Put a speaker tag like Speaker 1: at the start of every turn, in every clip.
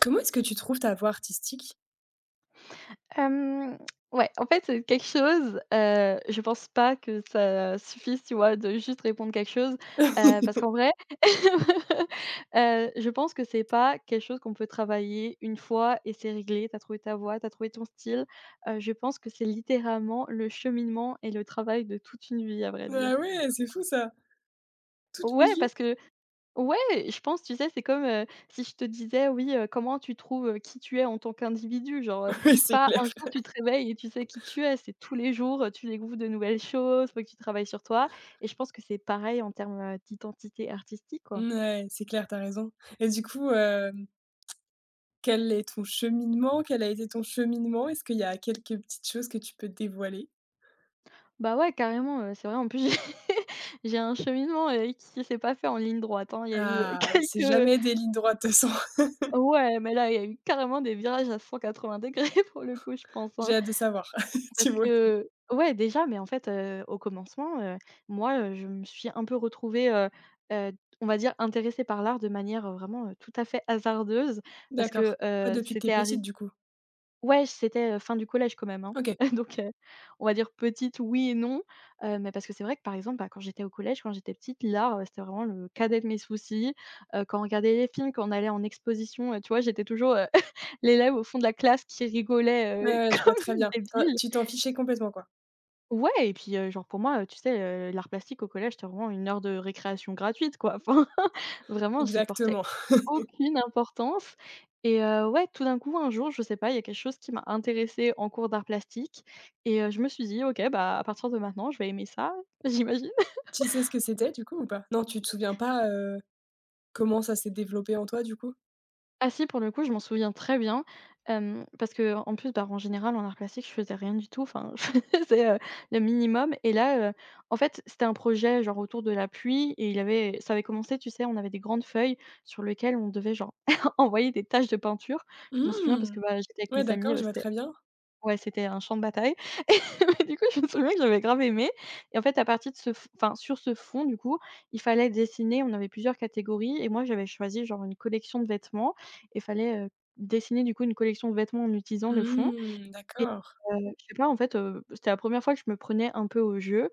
Speaker 1: Comment est-ce que tu trouves ta voix artistique?
Speaker 2: Hem, ouais, en fait, c'est quelque chose, je pense pas que ça suffise, tu vois, de juste répondre quelque chose, parce qu'en vrai, je pense que c'est pas quelque chose qu'on peut travailler une fois et c'est réglé. T'as trouvé ta voix, t'as trouvé ton style. Je pense que c'est littéralement le cheminement et le travail de toute une vie, à vrai dire.
Speaker 1: Ah ouais, c'est fou ça! Toute une
Speaker 2: Ouais,
Speaker 1: vie?
Speaker 2: parce que Ouais, je pense, tu sais, c'est comme, si je te disais: «Oui, comment tu trouves, qui tu es en tant qu'individu?» genre,
Speaker 1: Oui,
Speaker 2: c'est
Speaker 1: c'est
Speaker 2: pas
Speaker 1: clair.
Speaker 2: un jour tu te réveilles et tu sais qui tu es, c'est tous les jours, tu découvres de nouvelles choses, faut que tu travailles sur toi et je pense que c'est pareil en termes, d'identité artistique, quoi.
Speaker 1: Mmh, ouais, c'est clair, t'as raison et du coup, quel est ton cheminement? Quel a été ton cheminement? Est-ce qu'il y a quelques petites choses que tu peux dévoiler?
Speaker 2: Bah, ouais, carrément, c'est vrai, en plus j'ai j'ai un cheminement, qui s'est pas fait en ligne droite, hein. Il y a eu,
Speaker 1: Ah, c'est
Speaker 2: quelques
Speaker 1: jamais des lignes droites de toute façon.
Speaker 2: ouais, mais là, il y a eu carrément des virages à 180 degrés pour le coup, je pense,
Speaker 1: J'ai
Speaker 2: hein.
Speaker 1: hâte de savoir.
Speaker 2: Parce
Speaker 1: Dis-moi tout.
Speaker 2: que ouais, déjà, mais en fait, au commencement, moi, je me suis un peu retrouvée, heu, on va dire intéressée par l'art de manière, vraiment, tout à fait hasardeuse parce que,
Speaker 1: D'accord. Ah, depuis que t'es
Speaker 2: c'était arrivé
Speaker 1: petite du coup?
Speaker 2: ouais, c'était, fin du collège quand même, hein,
Speaker 1: OK.
Speaker 2: donc on va dire petite oui et non, mais parce que c'est vrai que par exemple, bah, quand j'étais au collège, quand j'étais petite, l'art, c'était vraiment le cadet de mes soucis, quand on regardait les films, quand on allait en exposition, tu vois, j'étais toujours, l'élève au fond de la classe qui
Speaker 1: Ouais,
Speaker 2: rigolait,
Speaker 1: ouais, je vois
Speaker 2: comme
Speaker 1: très
Speaker 2: une
Speaker 1: bien. Toi,
Speaker 2: débile.
Speaker 1: tu t'en fichais complètement quoi?
Speaker 2: Ouais et puis, genre pour moi, tu sais, l'art plastique au collège, c'était vraiment une heure de récréation gratuite quoi. Enfin, vraiment j'y portais
Speaker 1: Exactement.
Speaker 2: aucune importance et ouais, tout d'un coup, un jour, je sais pas, il y a quelque chose qui m'a intéressée en cours d'art plastique et je me suis dit: «OK, bah, à partir de maintenant, je vais aimer ça», j'imagine.
Speaker 1: Tu sais ce que c'était du coup ou pas? Non, tu te souviens pas. Comment ça s'est développé en toi, du coup?
Speaker 2: Ah si, pour le coup, je m'en souviens très bien, parce que en plus, bah, en général, en art plastique, je faisais rien du tout, enfin, je faisais, le minimum et là, en fait, c'était un projet, genre, autour de la pluie et il avait ça avait commencé, tu sais, on avait des grandes feuilles sur lesquelles on devait, genre, envoyer des taches de peinture. Je m'en souviens parce
Speaker 1: Mmh!
Speaker 2: que, bah, j'étais avec
Speaker 1: Ouais,
Speaker 2: mes amis,
Speaker 1: d'accord, je vois
Speaker 2: c'était
Speaker 1: très bien.
Speaker 2: Ouais, c'était un champ de bataille et du coup, je me souviens que j'avais grave aimé et en fait, à partir de ce f enfin, sur ce fond, du coup, il fallait dessiner, on avait plusieurs catégories et moi, j'avais choisi genre une collection de vêtements et fallait, dessiner, du coup, une collection de vêtements en utilisant le fond
Speaker 1: Mmh,
Speaker 2: et
Speaker 1: d'accord.
Speaker 2: je sais pas, en fait, c'était la première fois que je me prenais un peu au jeu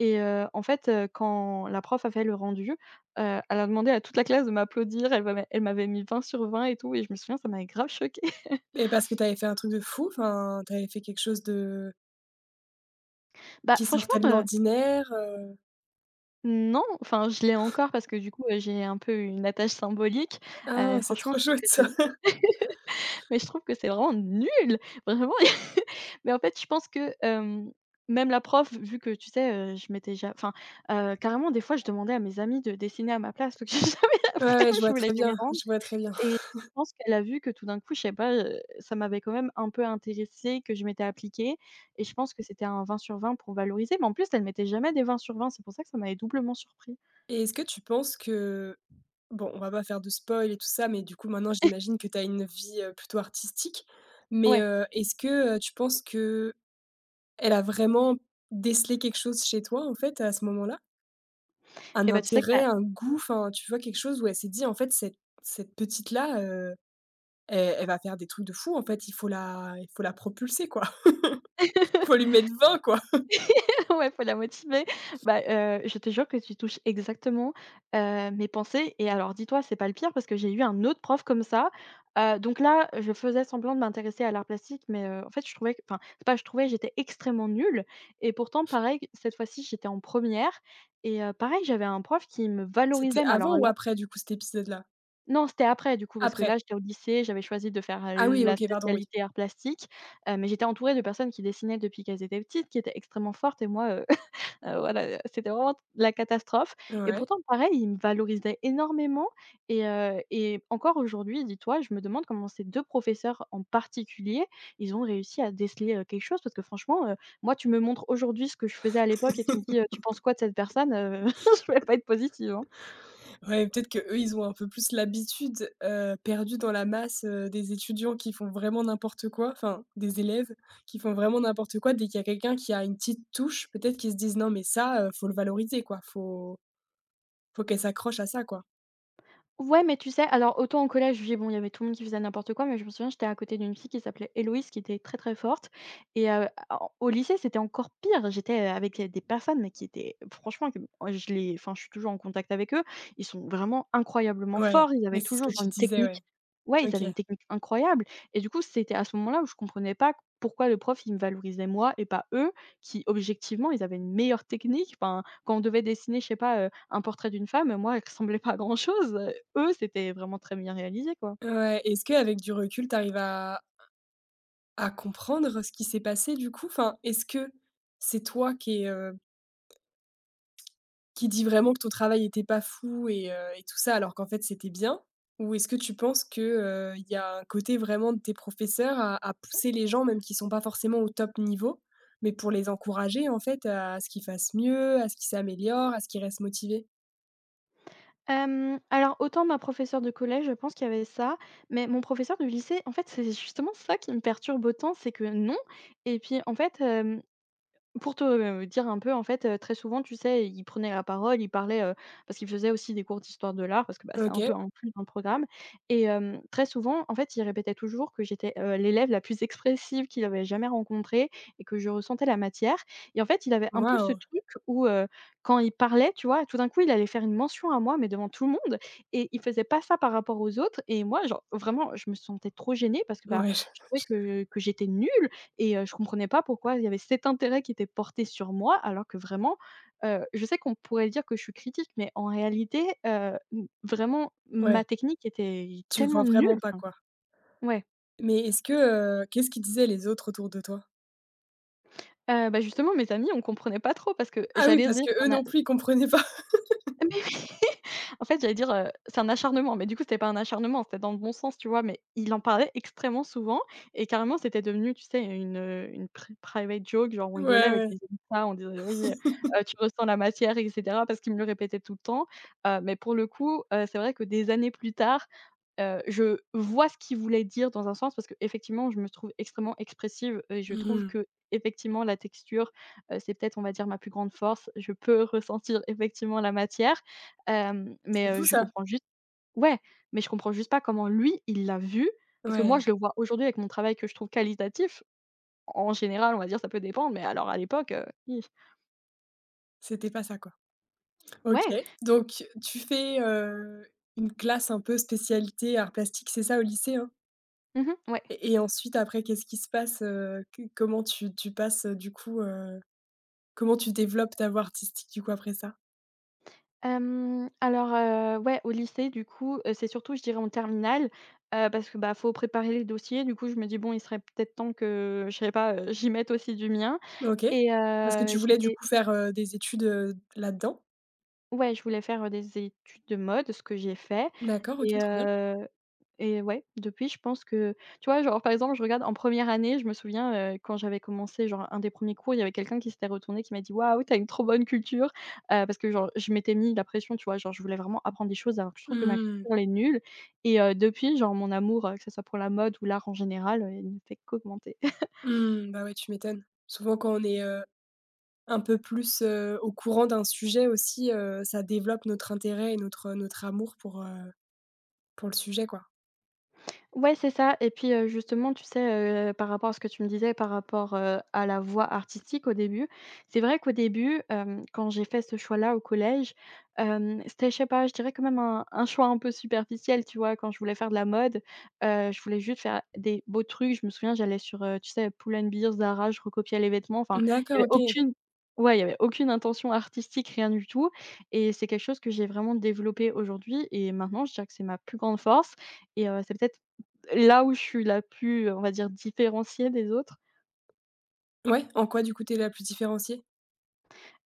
Speaker 2: et en fait, quand la prof a fait le rendu, elle a demandé à toute la classe de m'applaudir. Elle m'avait mis 20 sur 20 et tout et je me souviens, ça m'avait grave choquée.
Speaker 1: Et parce que tu avais fait un truc de fou? Enfin, tu avais fait quelque chose de
Speaker 2: Bah,
Speaker 1: qui sortait de
Speaker 2: franchement,
Speaker 1: l'ordinaire?
Speaker 2: Non, enfin je l'ai encore parce que du coup, j'ai un peu une attache symbolique.
Speaker 1: Ah, c'est
Speaker 2: Franchement,
Speaker 1: trop
Speaker 2: je trouve
Speaker 1: chouette
Speaker 2: que
Speaker 1: ça!
Speaker 2: c'est mais je trouve que c'est vraiment nul! Vraiment mais en fait, je pense que, même la prof, vu que tu sais, je m'étais ja enfin, carrément des fois, je demandais à mes amis de dessiner à ma place parce que j'avais la
Speaker 1: Ouais, ouais, je
Speaker 2: flemme, je
Speaker 1: vois
Speaker 2: voulais
Speaker 1: très
Speaker 2: jamais
Speaker 1: bien,
Speaker 2: rendre
Speaker 1: je vois très bien.
Speaker 2: et je pense qu'elle a vu que tout d'un coup, je sais pas, ça m'avait quand même un peu intéressée, que je m'étais appliquée et je pense que c'était un 20 sur 20 pour valoriser mais en plus, elle mettait jamais des 20 sur 20, c'est pour ça que ça m'avait doublement surpris.
Speaker 1: Et est-ce que tu penses que bon, on va pas faire de spoil et tout ça, mais du coup, maintenant, j'imagine que tu as une vie, plutôt artistique. Mais,
Speaker 2: Ouais
Speaker 1: est-ce que, tu penses que elle a vraiment décelé quelque chose chez toi, en fait, à ce moment-là? Un
Speaker 2: et bah, tu sais que tu
Speaker 1: intérêt, un goût, enfin, tu vois, quelque chose où elle s'est dit: «En fait, cette petite-là, elle va faire des trucs de fou, en fait, il faut la propulser, quoi. Il faut lui mettre 20, quoi».
Speaker 2: ouais, faut la motiver. Bah, je te jure que tu touches exactement, mes pensées et alors dis-toi, c'est pas le pire parce que j'ai eu un autre prof comme ça. Donc là, je faisais semblant de m'intéresser à l'art plastique mais, en fait, je trouvais que enfin, c'est pas je trouvais, j'étais extrêmement nulle et pourtant pareil, cette fois-ci, j'étais en première et pareil, j'avais un prof qui me
Speaker 1: C'était
Speaker 2: valorisait mais
Speaker 1: avant
Speaker 2: alors
Speaker 1: ou
Speaker 2: là
Speaker 1: après, du coup, cet épisode-là?
Speaker 2: Non, c'était après du coup, parce que
Speaker 1: Après.
Speaker 2: là, j'étais au lycée, j'avais choisi de faire,
Speaker 1: Ah oui,
Speaker 2: la
Speaker 1: OK, pardon, oui.
Speaker 2: spécialité arts plastiques, mais j'étais entourée de personnes qui dessinaient depuis qu'elles étaient petites, qui étaient extrêmement fortes et moi, voilà, c'était vraiment la catastrophe et
Speaker 1: Ouais.
Speaker 2: pourtant pareil, ils me valorisaient énormément et encore aujourd'hui, dis-toi, je me demande comment ces 2 professeurs en particulier, ils ont réussi à déceler, quelque chose parce que franchement, moi, tu me montres aujourd'hui ce que je faisais à l'époque et tu me dis, «Tu penses quoi de cette personne?» Je vais pas être positive, hein.
Speaker 1: Ouais, peut-être qu'eux, ils ont un peu plus l'habitude, perdue dans la masse, des étudiants qui font vraiment n'importe quoi, enfin, des élèves qui font vraiment n'importe quoi. Dès qu'il y a quelqu'un qui a une petite touche, peut-être qu'ils se disent: «Non, mais ça, faut le valoriser, quoi. Faut qu'elle s'accroche à ça, quoi».
Speaker 2: Ouais, mais tu sais, alors autant au collège, je vis bon, il y avait tout le monde qui faisait n'importe quoi, mais je me souviens, j'étais à côté d'une fille qui s'appelait Héloïse, qui était très très forte. Et en au lycée, c'était encore pire. J'étais, avec, des personnes, mais qui étaient franchement, que je les enfin, je suis toujours en contact avec eux. Ils sont vraiment incroyablement
Speaker 1: Ouais,
Speaker 2: forts. Ils avaient
Speaker 1: oui, c'est ce
Speaker 2: toujours
Speaker 1: que tu
Speaker 2: genre une
Speaker 1: disais, ouais.
Speaker 2: technique ouais, ils
Speaker 1: OK.
Speaker 2: avaient une technique incroyable. Et du coup, c'était à ce moment-là où je comprenais pas pourquoi le prof, il me valorisait moi et pas eux, qui objectivement, ils avaient une meilleure technique. Enfin, quand on devait dessiner, je sais pas, un portrait d'une femme, moi, elle ressemblait pas à grand chose eux, c'était vraiment très bien réalisé, quoi.
Speaker 1: Ouais, est-ce qu'avec du recul, tu arrives à comprendre ce qui s'est passé, du coup? Enfin, est-ce que c'est toi qui es, qui dit vraiment que ton travail était pas fou et tout ça, alors qu'en fait c'était bien? Ou est-ce que tu penses que, il y a un côté vraiment de tes professeurs à pousser les gens, même qui sont pas forcément au top niveau, mais pour les encourager en fait à ce qu'ils fassent mieux, à ce qu'ils s'améliorent, à ce qu'ils restent motivés?
Speaker 2: Alors autant ma professeure de collège, je pense qu'il y avait ça, mais mon professeur du lycée, en fait, c'est justement ça qui me perturbe autant, c'est que non et puis, en fait, hem Pour te, dire un peu en fait, très souvent tu sais, il prenait la parole, il parlait, parce qu'il faisait aussi des cours d'histoire de l'art parce que, bah, c'est un
Speaker 1: OK,
Speaker 2: peu inclus dans le programme et très souvent en fait il répétait toujours que j'étais, l'élève la plus expressive qu'il avait jamais rencontrée et que je ressentais la matière et en fait il avait un peu ce
Speaker 1: waouh!
Speaker 2: truc où, quand il parlait, tu vois, tout d'un coup il allait faire une mention à moi, mais devant tout le monde et il faisait pas ça par rapport aux autres et moi genre vraiment je me sentais trop gênée parce que, bah,
Speaker 1: Ouais, je
Speaker 2: je trouvais que j'étais nulle et je comprenais pas pourquoi il y avait cet intérêt qui était porté sur moi, alors que vraiment, je sais qu'on pourrait dire que je suis critique, mais en réalité, m vraiment
Speaker 1: ouais,
Speaker 2: ma technique était
Speaker 1: tu vois
Speaker 2: tellement nulle,
Speaker 1: vraiment pas,
Speaker 2: enfin
Speaker 1: quoi.
Speaker 2: ouais.
Speaker 1: Mais est-ce que, qu'est-ce qu'ils disaient les autres autour de toi?
Speaker 2: Bah, justement mes amis, on comprenait pas trop parce que
Speaker 1: Ah oui,
Speaker 2: j'allais
Speaker 1: parce
Speaker 2: dire
Speaker 1: que eux
Speaker 2: un
Speaker 1: non plus, ils comprenaient pas.
Speaker 2: Mais oui! En fait, j'allais dire, c'est un acharnement, mais du coup, c'était pas un acharnement, c'était dans le bon sens, tu vois? Mais il en parlait extrêmement souvent et carrément, c'était devenu, tu sais, une private joke, genre on
Speaker 1: Ouais,
Speaker 2: rigolait avec les
Speaker 1: ouais.
Speaker 2: amis de ça, on disait: «Oui, tu ressens la matière» et cetera parce qu'il me le répétait tout le temps. Mais pour le coup, c'est vrai que des années plus tard, je vois ce qu'il voulait dire dans un sens parce que effectivement, je me trouve extrêmement expressive et je trouve
Speaker 1: Mmh.
Speaker 2: que effectivement la texture c'est peut-être, on va dire, ma plus grande force. Je peux ressentir effectivement la matière,
Speaker 1: C'est
Speaker 2: mais
Speaker 1: fou
Speaker 2: je
Speaker 1: ça.
Speaker 2: comprends juste ouais, mais je comprends juste pas comment lui, il l'a vu. Parce que moi,
Speaker 1: Ouais,
Speaker 2: je le vois aujourd'hui avec mon travail que je trouve qualitatif. En général, on va dire, ça peut dépendre, mais alors à l'époque, hi.
Speaker 1: c'était pas ça, quoi. OK,
Speaker 2: Ouais,
Speaker 1: donc tu fais, une classe un peu spécialité art plastique, c'est ça, au lycée, hein?
Speaker 2: mmh ouais.
Speaker 1: Et ensuite après qu'est-ce qui se passe, que comment tu passes, du coup, comment tu développes ta voix artistique, du coup, après ça?
Speaker 2: Alors, ouais, au lycée, du coup, c'est surtout, je dirais, en terminale, parce que, bah, faut préparer les dossiers. Du coup, je me dis: «Bon, il serait peut-être temps que, je sais pas, j'y mette aussi du mien»
Speaker 1: OK,
Speaker 2: et
Speaker 1: parce que tu voulais, du
Speaker 2: j'étais
Speaker 1: coup, faire, des études, là-dedans?
Speaker 2: Ouais, je voulais faire, des études de mode, ce que j'ai fait
Speaker 1: D'accord, OK,
Speaker 2: et
Speaker 1: trop bien.
Speaker 2: heu et ouais, depuis, je pense que, tu vois, genre, par exemple, je regarde en première année, je me souviens, quand j'avais commencé, genre, un des premiers cours, il y avait quelqu'un qui s'était retourné qui m'a dit: «Waouh, tu as une trop bonne culture !» Parce que, genre, je m'étais mis la pression, tu vois? Genre, je voulais vraiment apprendre des choses alors que je trouve que ma
Speaker 1: Mmh.
Speaker 2: culture, elle est nulle et depuis, genre, mon amour, que ce soit pour la mode ou l'art en général, il ne fait qu'augmenter.
Speaker 1: Mmh, bah, ouais, tu m'étonnes. Souvent quand on est, un peu plus, au courant d'un sujet aussi, ça développe notre intérêt et notre amour pour le sujet, quoi.
Speaker 2: Ouais, c'est ça et puis, justement, tu sais, par rapport à ce que tu me disais, par rapport, à la voie artistique au début, c'est vrai qu'au début, quand j'ai fait ce choix-là au collège, c'était, je sais pas, je dirais quand même un choix un peu superficiel, tu vois? Quand je voulais faire de la mode, je voulais juste faire des beaux trucs. Je me souviens, j'allais sur, tu sais, Pull&Bear, Zara, je recopiais les vêtements, enfin, il y
Speaker 1: D'accord,
Speaker 2: avait
Speaker 1: OK.
Speaker 2: aucune ouais, il y avait aucune intention artistique, rien du tout et c'est quelque chose que j'ai vraiment développé aujourd'hui et maintenant, je dirais que c'est ma plus grande force et c'est peut-être là où je suis la plus, on va dire, différenciée des autres.
Speaker 1: Ouais, en quoi du coup tu es la plus différenciée?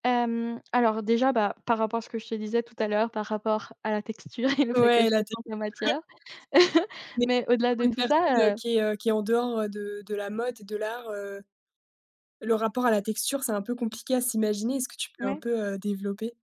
Speaker 2: Alors déjà, bah, par rapport à ce que je te disais tout à l'heure, par rapport à la texture et le fait que
Speaker 1: Ouais,
Speaker 2: je
Speaker 1: là, tu es
Speaker 2: sente la
Speaker 1: plus
Speaker 2: matière.
Speaker 1: Mais
Speaker 2: Mais au-delà
Speaker 1: pour
Speaker 2: de
Speaker 1: une
Speaker 2: tout
Speaker 1: personne,
Speaker 2: ça,
Speaker 1: qui est en dehors, de la mode et de l'art, le rapport à la texture, c'est un peu compliqué à s'imaginer. Est-ce que tu peux un
Speaker 2: ouais.
Speaker 1: peu, développer?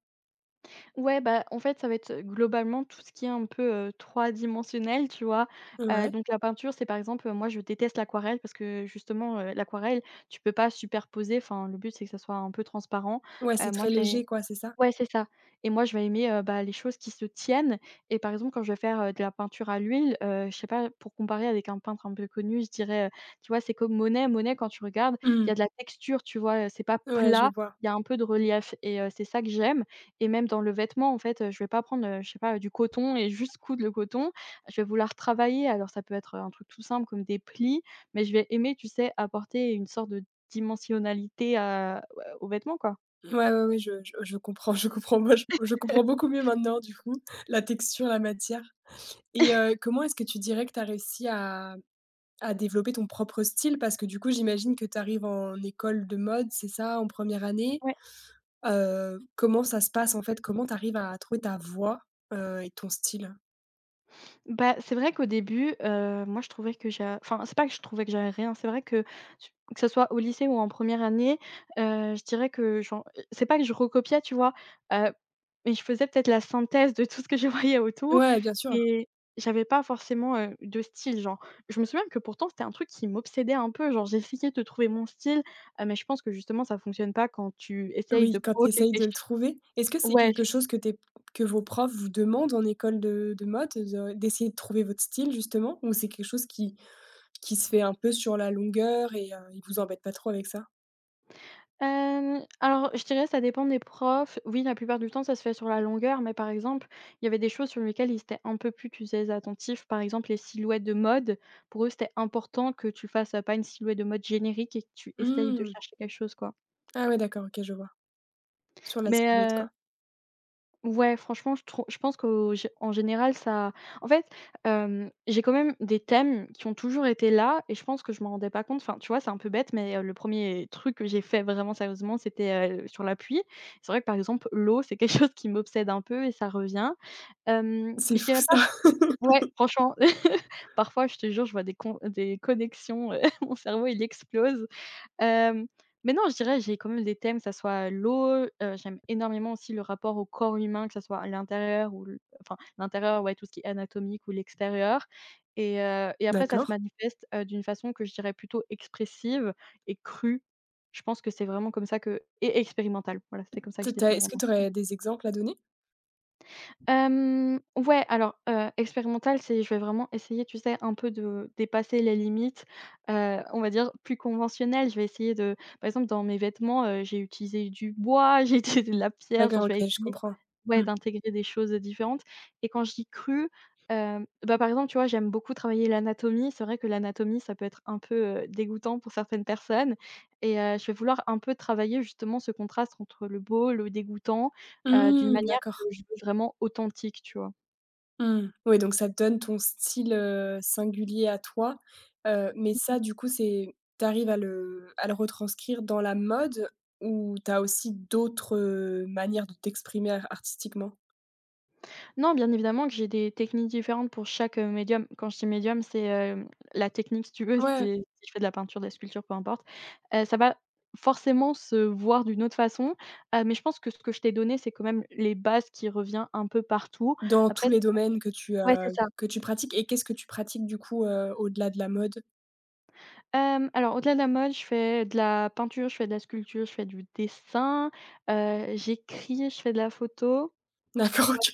Speaker 2: Ouais, bah, en fait, ça va être, globalement tout ce qui est un peu, 3 dimensionnel, tu vois?
Speaker 1: Ouais.
Speaker 2: Donc la peinture, c'est par exemple, moi je déteste l'aquarelle parce que justement, l'aquarelle, tu peux pas superposer, enfin le but c'est que ça soit un peu transparent.
Speaker 1: Ouais, c'est
Speaker 2: Moi
Speaker 1: très
Speaker 2: je vais
Speaker 1: léger quoi, c'est ça?
Speaker 2: Ouais, c'est ça et moi, je vais aimer, bah, les choses qui se tiennent et par exemple, quand je vais faire, de la peinture à l'huile, je sais pas, pour comparer avec un peintre un peu connu, je dirais, tu vois, c'est comme Monet. Monet, quand tu regardes, il
Speaker 1: Mmh.
Speaker 2: y a de la texture, tu vois? C'est pas
Speaker 1: Ouais, je
Speaker 2: plat,
Speaker 1: vois.
Speaker 2: il y a un peu de relief et c'est ça que j'aime et même dans le vêtement, en fait, je vais pas prendre, je sais pas, du coton et juste coudre le coton. Je vais vouloir travailler, alors ça peut être un truc tout simple comme des plis, mais je vais aimer, tu sais, apporter une sorte de dimensionnalité à ouais, aux quoi.
Speaker 1: Ouais, ouais, ouais, je comprends, je comprends. Moi, je comprends beaucoup mieux maintenant du coup, la texture, la matière et comment est-ce que tu dirais que tu as réussi à développer ton propre style parce que du coup, j'imagine que tu arrives en école de mode, c'est ça, en première année?
Speaker 2: Ouais.
Speaker 1: Comment ça se passe en fait? Comment tu arrives à trouver ta voix, et ton style?
Speaker 2: Bah, c'est vrai qu'au début, moi je trouvais que j'ai, enfin, c'est pas que je trouvais que j'avais rien, c'est vrai que su que ce soit au lycée ou en première année, je dirais que genre, c'est pas que je recopiais, tu vois? Heu, mais je faisais peut-être la synthèse de tout ce que je voyais autour
Speaker 1: Ouais, bien sûr.
Speaker 2: et j'avais pas forcément, de style, genre. Je me souviens que pourtant c'était un truc qui m'obsédait un peu, genre j'essayais de trouver mon style, mais je pense que justement ça fonctionne pas quand tu essayes
Speaker 1: Oui,
Speaker 2: de
Speaker 1: quand tu
Speaker 2: provoquer
Speaker 1: essayes de
Speaker 2: quelque
Speaker 1: le
Speaker 2: chose.
Speaker 1: trouver. Est-ce que c'est
Speaker 2: Ouais.
Speaker 1: quelque chose que vos profs vous demandent en école de mode, de d'essayer de trouver votre style justement? Ou c'est quelque chose qui se fait un peu sur la longueur et ils vous embêtent pas trop avec ça?
Speaker 2: Alors je dirais ça dépend des profs. Oui, la plupart du temps, ça se fait sur la longueur, mais par exemple, il y avait des choses sur lesquelles ils étaient un peu plus, tu sais, attentifs. Par exemple, les silhouettes de mode, pour eux, c'était important que tu fasses, pas une silhouette de mode générique et que tu essayes de
Speaker 1: Mmh.
Speaker 2: chercher quelque chose, quoi.
Speaker 1: Ah ouais, d'accord, OK, je vois. Sur la silhouette,
Speaker 2: Mais
Speaker 1: quoi.
Speaker 2: Ouais, franchement, je pense qu'au en général, ça en fait, hem, j'ai quand même des thèmes qui ont toujours été là et je pense que je m'en rendais pas compte. Enfin, tu vois, c'est un peu bête, mais, le premier truc que j'ai fait vraiment sérieusement, c'était, sur la pluie. C'est vrai que, par exemple, l'eau, c'est quelque chose qui m'obsède un peu et ça revient. Hem,
Speaker 1: C'est
Speaker 2: je
Speaker 1: fou
Speaker 2: dirais pas
Speaker 1: ça.
Speaker 2: ouais, franchement, parfois, je te jure, je vois des connexions, mon cerveau, il explose. Hem, mais non, je dirais, j'ai quand même des thèmes, que ça soit l'eau, j'aime énormément aussi le rapport au corps humain, que ça soit à l'intérieur ou l enfin, l'intérieur, ouais, tout ce qui est anatomique ou l'extérieur et après ça se
Speaker 1: D'accord.
Speaker 2: manifeste, d'une façon que je dirais plutôt expressive et crue. Je pense que c'est vraiment comme ça que et expérimentale, voilà, c'est comme ça que
Speaker 1: Tu
Speaker 2: je
Speaker 1: tu
Speaker 2: définirais
Speaker 1: est-ce que tu
Speaker 2: mon.
Speaker 1: aurais des exemples à donner?
Speaker 2: Ouais, alors, expérimental, c'est je vais vraiment essayer, tu sais, un peu de dépasser les limites, on va dire plus conventionnelles. Je vais essayer de par exemple, dans mes vêtements, j'ai utilisé du bois, j'ai utilisé de la pierre,
Speaker 1: D'accord,
Speaker 2: genre je vais
Speaker 1: OK, je
Speaker 2: essayer
Speaker 1: comprends.
Speaker 2: ouais,
Speaker 1: Mmh.
Speaker 2: d'intégrer des choses différentes et quand je dis cru, bah, par exemple, tu vois, j'aime beaucoup travailler l'anatomie. C'est vrai que l'anatomie, ça peut être un peu, dégoûtant pour certaines personnes et je vais vouloir un peu travailler justement ce contraste entre le beau, le dégoûtant, d'une
Speaker 1: Mmh,
Speaker 2: manière que
Speaker 1: d'accord.
Speaker 2: je veux vraiment authentique, tu vois?
Speaker 1: Mmh. Oui, donc ça te donne ton style, singulier à toi, mais ça, du coup, c'est t'arrives à le retranscrire dans la mode ou t'as aussi d'autres, manières de t'exprimer ar artistiquement?
Speaker 2: Non, bien évidemment que j'ai des techniques différentes pour chaque, médium. Quand je dis médium, c'est, la technique si tu veux,
Speaker 1: Ouais,
Speaker 2: c'est si je fais de la peinture, de la sculpture, peu importe, ça va forcément se voir d'une autre façon, mais je pense que ce que je t'ai donné, c'est quand même les bases qui revient un peu partout.
Speaker 1: dans tous
Speaker 2: Après
Speaker 1: les domaines
Speaker 2: ouais, c'est ça.
Speaker 1: que tu pratiques et qu'est-ce que tu pratiques, du coup, au-delà de la mode?
Speaker 2: Alors au-delà de la mode, je fais de la peinture, je fais de la sculpture, je fais du dessin, j'écris, je fais de la photo.
Speaker 1: D'accord, OK.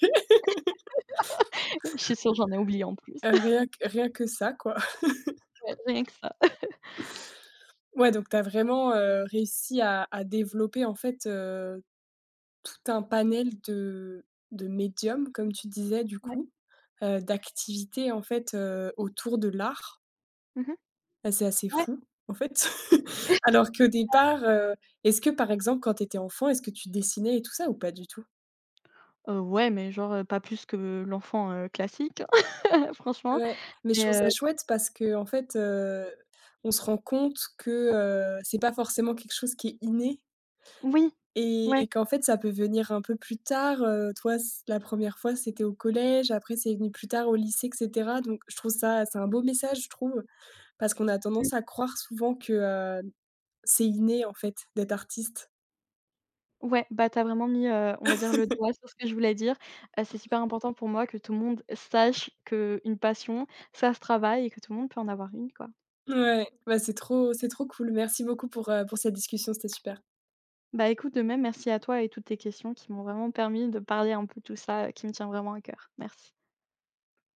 Speaker 2: Je suis sûre, j'en ai oublié en plus.
Speaker 1: Rien que rien que ça, quoi.
Speaker 2: Ouais, rien que ça.
Speaker 1: Ouais, donc t'as vraiment, réussi à développer, en fait, Tu un panel de médiums, comme tu disais du
Speaker 2: Ouais.
Speaker 1: coup, d'activités en fait, autour de l'art.
Speaker 2: Mmh.
Speaker 1: Bah, c'est assez fou en fait. Alors qu'au départ, est-ce que par exemple quand tu étais enfant, est-ce que tu dessinais et tout ça ou pas du tout?
Speaker 2: Ouais, mais genre, pas plus que l'enfant, classique, hein, franchement.
Speaker 1: Ouais, mais je
Speaker 2: Mais,
Speaker 1: trouve ça chouette parce que en fait, on se rend compte que, c'est pas forcément quelque chose qui est inné
Speaker 2: oui,
Speaker 1: et
Speaker 2: ouais,
Speaker 1: qu'en fait, ça peut venir un peu plus tard, toi, c la première fois, c'était au collège, après c'est venu plus tard au lycée, et cetera. Donc je trouve ça c'est un beau message, je trouve, parce qu'on a
Speaker 2: mmh,
Speaker 1: tendance à croire souvent que, c'est inné, en fait, d'être artiste.
Speaker 2: ouais, bah, tu as vraiment mis, on va dire le doigt sur ce que je voulais dire. C'est super important pour moi que tout le monde sache qu'une passion, ça se travaille et que tout le monde peut en avoir une, quoi.
Speaker 1: Ouais, bah, c'est trop cool. Merci beaucoup pour cette discussion, c'était super.
Speaker 2: Bah, écoute, de même, merci à toi et toutes tes questions qui m'ont vraiment permis de parler un peu tout ça, qui me tient vraiment à cœur. Merci.